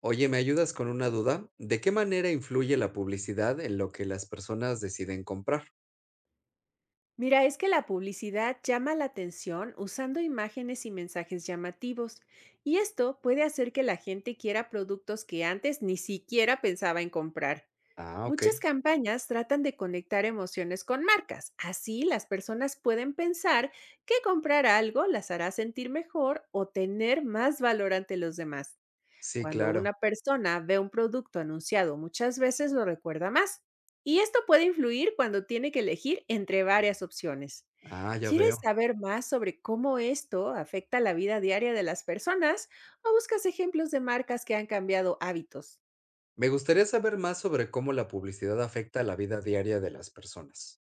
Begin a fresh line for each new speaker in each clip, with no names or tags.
Oye, ¿me ayudas con una duda? ¿De qué manera influye la publicidad en lo que las personas deciden comprar?
Mira, es que la publicidad llama la atención usando imágenes y mensajes llamativos, y esto puede hacer que la gente quiera productos que antes ni siquiera pensaba en comprar.
Ah, ok.
Muchas campañas tratan de conectar emociones con marcas, así las personas pueden pensar que comprar algo las hará sentir mejor o tener más valor ante los demás.
Sí,
Cuando una
claro.
persona ve un producto anunciado muchas veces lo recuerda más. Y esto puede influir cuando tiene que elegir entre varias opciones.
Ah, ya
¿Quieres
veo.
saber más sobre cómo esto afecta la vida diaria de las personas o buscas ejemplos de marcas que han cambiado hábitos?
Me gustaría saber más sobre cómo la publicidad afecta la vida diaria de las personas.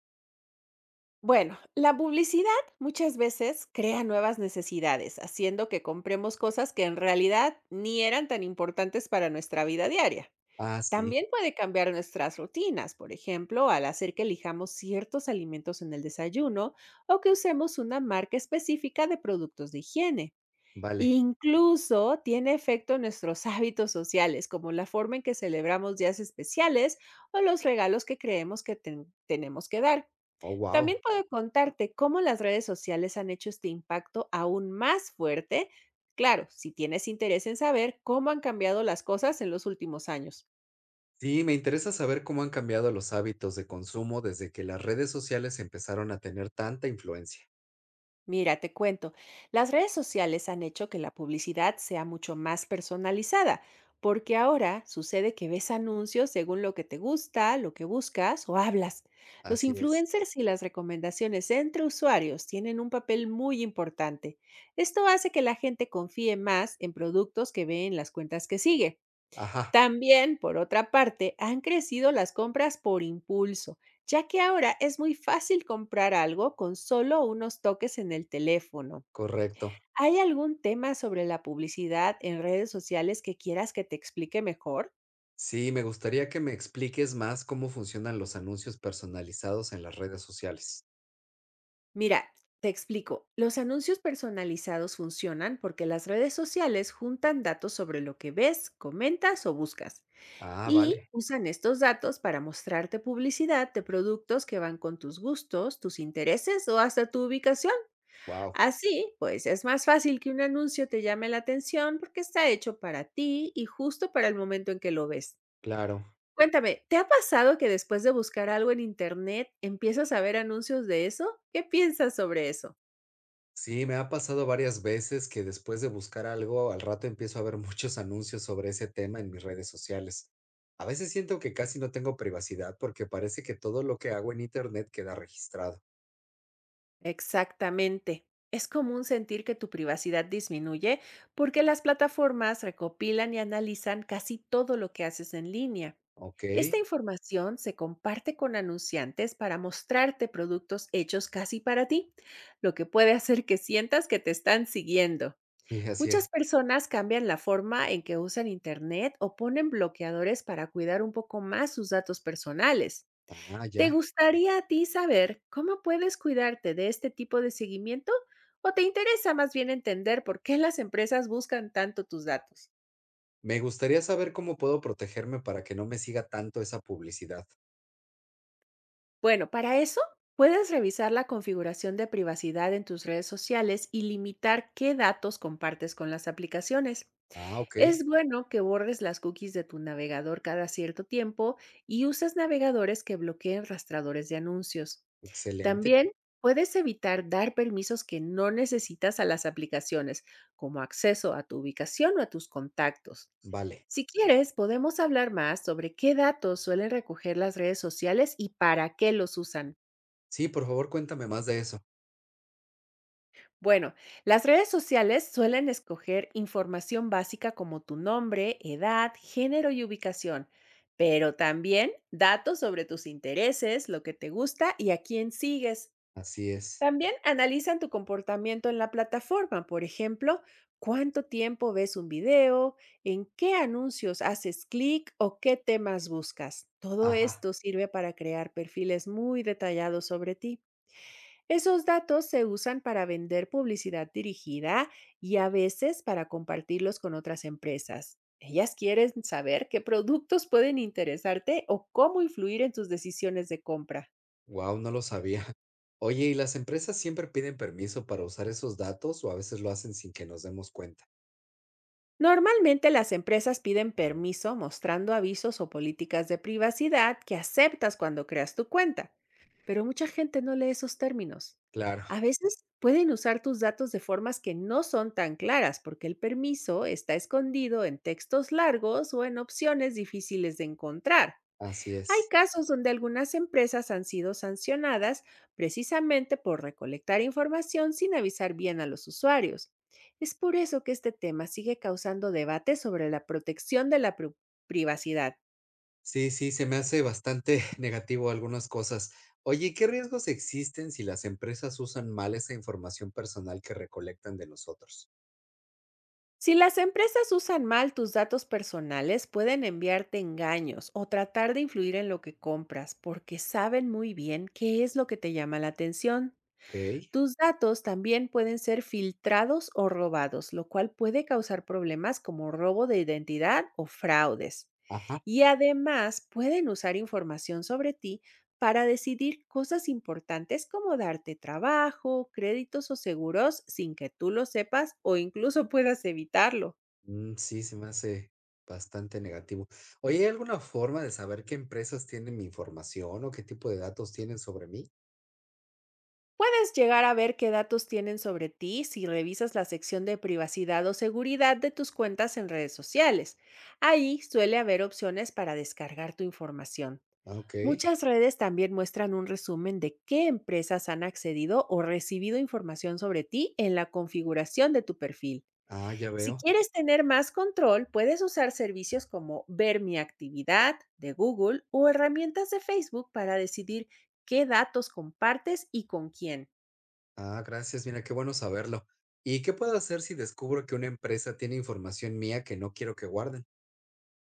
Bueno, la publicidad muchas veces crea nuevas necesidades, haciendo que compremos cosas que en realidad ni eran tan importantes para nuestra vida diaria.
Ah, sí,
También puede cambiar nuestras rutinas, por ejemplo, al hacer que elijamos ciertos alimentos en el desayuno o que usemos una marca específica de productos de higiene.
vale.
Incluso tiene efecto en nuestros hábitos sociales, como la forma en que celebramos días especiales o los regalos que creemos que tenemos que dar.
Oh, wow.
También puedo contarte cómo las redes sociales han hecho este impacto aún más fuerte, claro, si tienes interés en saber cómo han cambiado las cosas en los últimos años.
Sí, me interesa saber cómo han cambiado los hábitos de consumo desde que las redes sociales empezaron a tener tanta influencia.
Mira, te cuento, las redes sociales han hecho que la publicidad sea mucho más personalizada, porque ahora sucede que ves anuncios según lo que te gusta, lo que buscas o hablas. Los
Así es.
influencers y las recomendaciones entre usuarios tienen un papel muy importante. Esto hace que la gente confíe más en productos que ve en las cuentas que sigue.
Ajá,
También, por otra parte, han crecido las compras por impulso, ya que ahora es muy fácil comprar algo con solo unos toques en el teléfono.
correcto.
¿Hay algún tema sobre la publicidad en redes sociales que quieras que te explique mejor?
Sí, me gustaría que me expliques más cómo funcionan los anuncios personalizados en las redes sociales.
Mira, te explico. Los anuncios personalizados funcionan porque las redes sociales juntan datos sobre lo que ves, comentas o buscas.
Ah,
Y
vale.
usan estos datos para mostrarte publicidad de productos que van con tus gustos, tus intereses o hasta tu ubicación.
Wow.
Así, pues es más fácil que un anuncio te llame la atención porque está hecho para ti y justo para el momento en que lo ves.
Claro.
Cuéntame, ¿te ha pasado que después de buscar algo en internet empiezas a ver anuncios de eso? ¿Qué piensas sobre eso?
Sí, me ha pasado varias veces que después de buscar algo, al rato empiezo a ver muchos anuncios sobre ese tema en mis redes sociales. A veces siento que casi no tengo privacidad porque parece que todo lo que hago en internet queda registrado.
Exactamente. Es común sentir que tu privacidad disminuye porque las plataformas recopilan y analizan casi todo lo que haces en línea.
Ok.
Esta información se comparte con anunciantes para mostrarte productos hechos casi para ti, lo que puede hacer que sientas que te están siguiendo.
Sí, así
Muchas
es.
personas cambian la forma en que usan Internet o ponen bloqueadores para cuidar un poco más sus datos personales.
Ah,
¿Te
ya.
gustaría a ti saber cómo puedes cuidarte de este tipo de seguimiento? ¿O te interesa más bien entender por qué las empresas buscan tanto tus datos?
Me gustaría saber cómo puedo protegerme para que no me siga tanto esa publicidad.
Bueno, para eso puedes revisar la configuración de privacidad en tus redes sociales y limitar qué datos compartes con las aplicaciones.
Ah, ok.
Es bueno que borres las cookies de tu navegador cada cierto tiempo y uses navegadores que bloqueen rastradores de anuncios.
Excelente.
También puedes evitar dar permisos que no necesitas a las aplicaciones, como acceso a tu ubicación o a tus contactos.
Vale.
Si quieres, podemos hablar más sobre qué datos suelen recoger las redes sociales y para qué los usan.
Sí, por favor, cuéntame más de eso.
Bueno, las redes sociales suelen escoger información básica como tu nombre, edad, género y ubicación, pero también datos sobre tus intereses, lo que te gusta y a quién sigues.
Así es.
También analizan tu comportamiento en la plataforma, por ejemplo, cuánto tiempo ves un video, en qué anuncios haces clic o qué temas buscas. Todo
Ajá.
esto sirve para crear perfiles muy detallados sobre ti. Esos datos se usan para vender publicidad dirigida y a veces para compartirlos con otras empresas. Ellas quieren saber qué productos pueden interesarte o cómo influir en tus decisiones de compra.
Wow, no lo sabía. Oye, ¿y las empresas siempre piden permiso para usar esos datos o a veces lo hacen sin que nos demos cuenta?
Normalmente las empresas piden permiso mostrando avisos o políticas de privacidad que aceptas cuando creas tu cuenta, pero mucha gente no lee esos términos.
Claro,
A veces pueden usar tus datos de formas que no son tan claras porque el permiso está escondido en textos largos o en opciones difíciles de encontrar.
así
Hay
es.
casos donde algunas empresas han sido sancionadas precisamente por recolectar información sin avisar bien a los usuarios. Es por eso que este tema sigue causando debate sobre la protección de la privacidad.
Sí, sí, se me hace bastante negativo algunas cosas. Oye, ¿qué riesgos existen si las empresas usan mal esa información personal que recolectan de nosotros?
Si las empresas usan mal tus datos personales, pueden enviarte engaños o tratar de influir en lo que compras porque saben muy bien qué es lo que te llama la atención.
Ok,
Tus datos también pueden ser filtrados o robados, lo cual puede causar problemas como robo de identidad o fraudes.
ajá.
Y además pueden usar información sobre ti para decidir cosas importantes como darte trabajo, créditos o seguros sin que tú lo sepas o incluso puedas evitarlo.
Mm, sí, se me hace bastante negativo. Oye, ¿hay alguna forma de saber qué empresas tienen mi información o qué tipo de datos tienen sobre mí?
Puedes llegar a ver qué datos tienen sobre ti si revisas la sección de privacidad o seguridad de tus cuentas en redes sociales. Ahí suele haber opciones para descargar tu información.
Ah, ok.
Muchas redes también muestran un resumen de qué empresas han accedido o recibido información sobre ti en la configuración de tu perfil.
Ah, ya
Si
veo.
quieres tener más control, puedes usar servicios como Ver mi actividad de Google o herramientas de Facebook para decidir qué datos compartes y con quién.
Ah, gracias. Mira, qué bueno saberlo. ¿Y qué puedo hacer si descubro que una empresa tiene información mía que no quiero que guarden?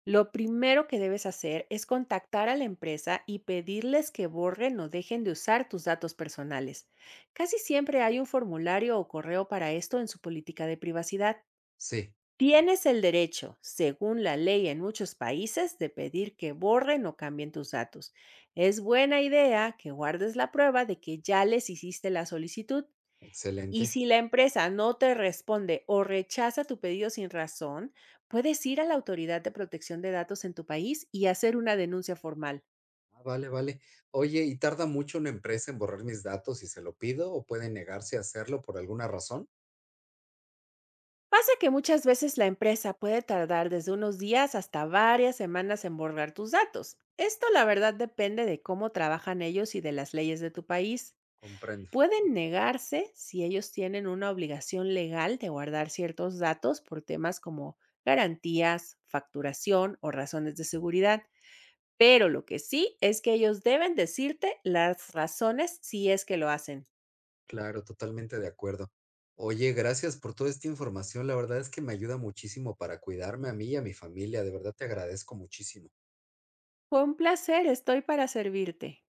Lo primero que debes hacer es contactar a la empresa y pedirles que borren o dejen de usar tus datos personales. Casi siempre hay un formulario o correo para esto en su política de privacidad.
Sí,
Tienes el derecho, según la ley en muchos países, de pedir que borren o cambien tus datos. Es buena idea que guardes la prueba de que ya les hiciste la solicitud, y
excelente.
si la empresa no te responde o rechaza tu pedido sin razón, puedes ir a la Autoridad de Protección de Datos en tu país y hacer una denuncia formal.
Ah, vale, vale. Oye, ¿y tarda mucho una empresa en borrar mis datos si se lo pido o puede negarse a hacerlo por alguna razón?
Pasa que muchas veces la empresa puede tardar desde unos días hasta varias semanas en borrar tus datos. Esto la verdad depende de cómo trabajan ellos y de las leyes de tu país.
Comprendo.
Pueden negarse si ellos tienen una obligación legal de guardar ciertos datos por temas como garantías, facturación o razones de seguridad. Pero lo que sí es que ellos deben decirte las razones si es que lo hacen.
Claro, totalmente de acuerdo. Oye, gracias por toda esta información. La verdad es que me ayuda muchísimo para cuidarme a mí y a mi familia. De verdad te agradezco muchísimo.
Fue un placer, estoy para servirte.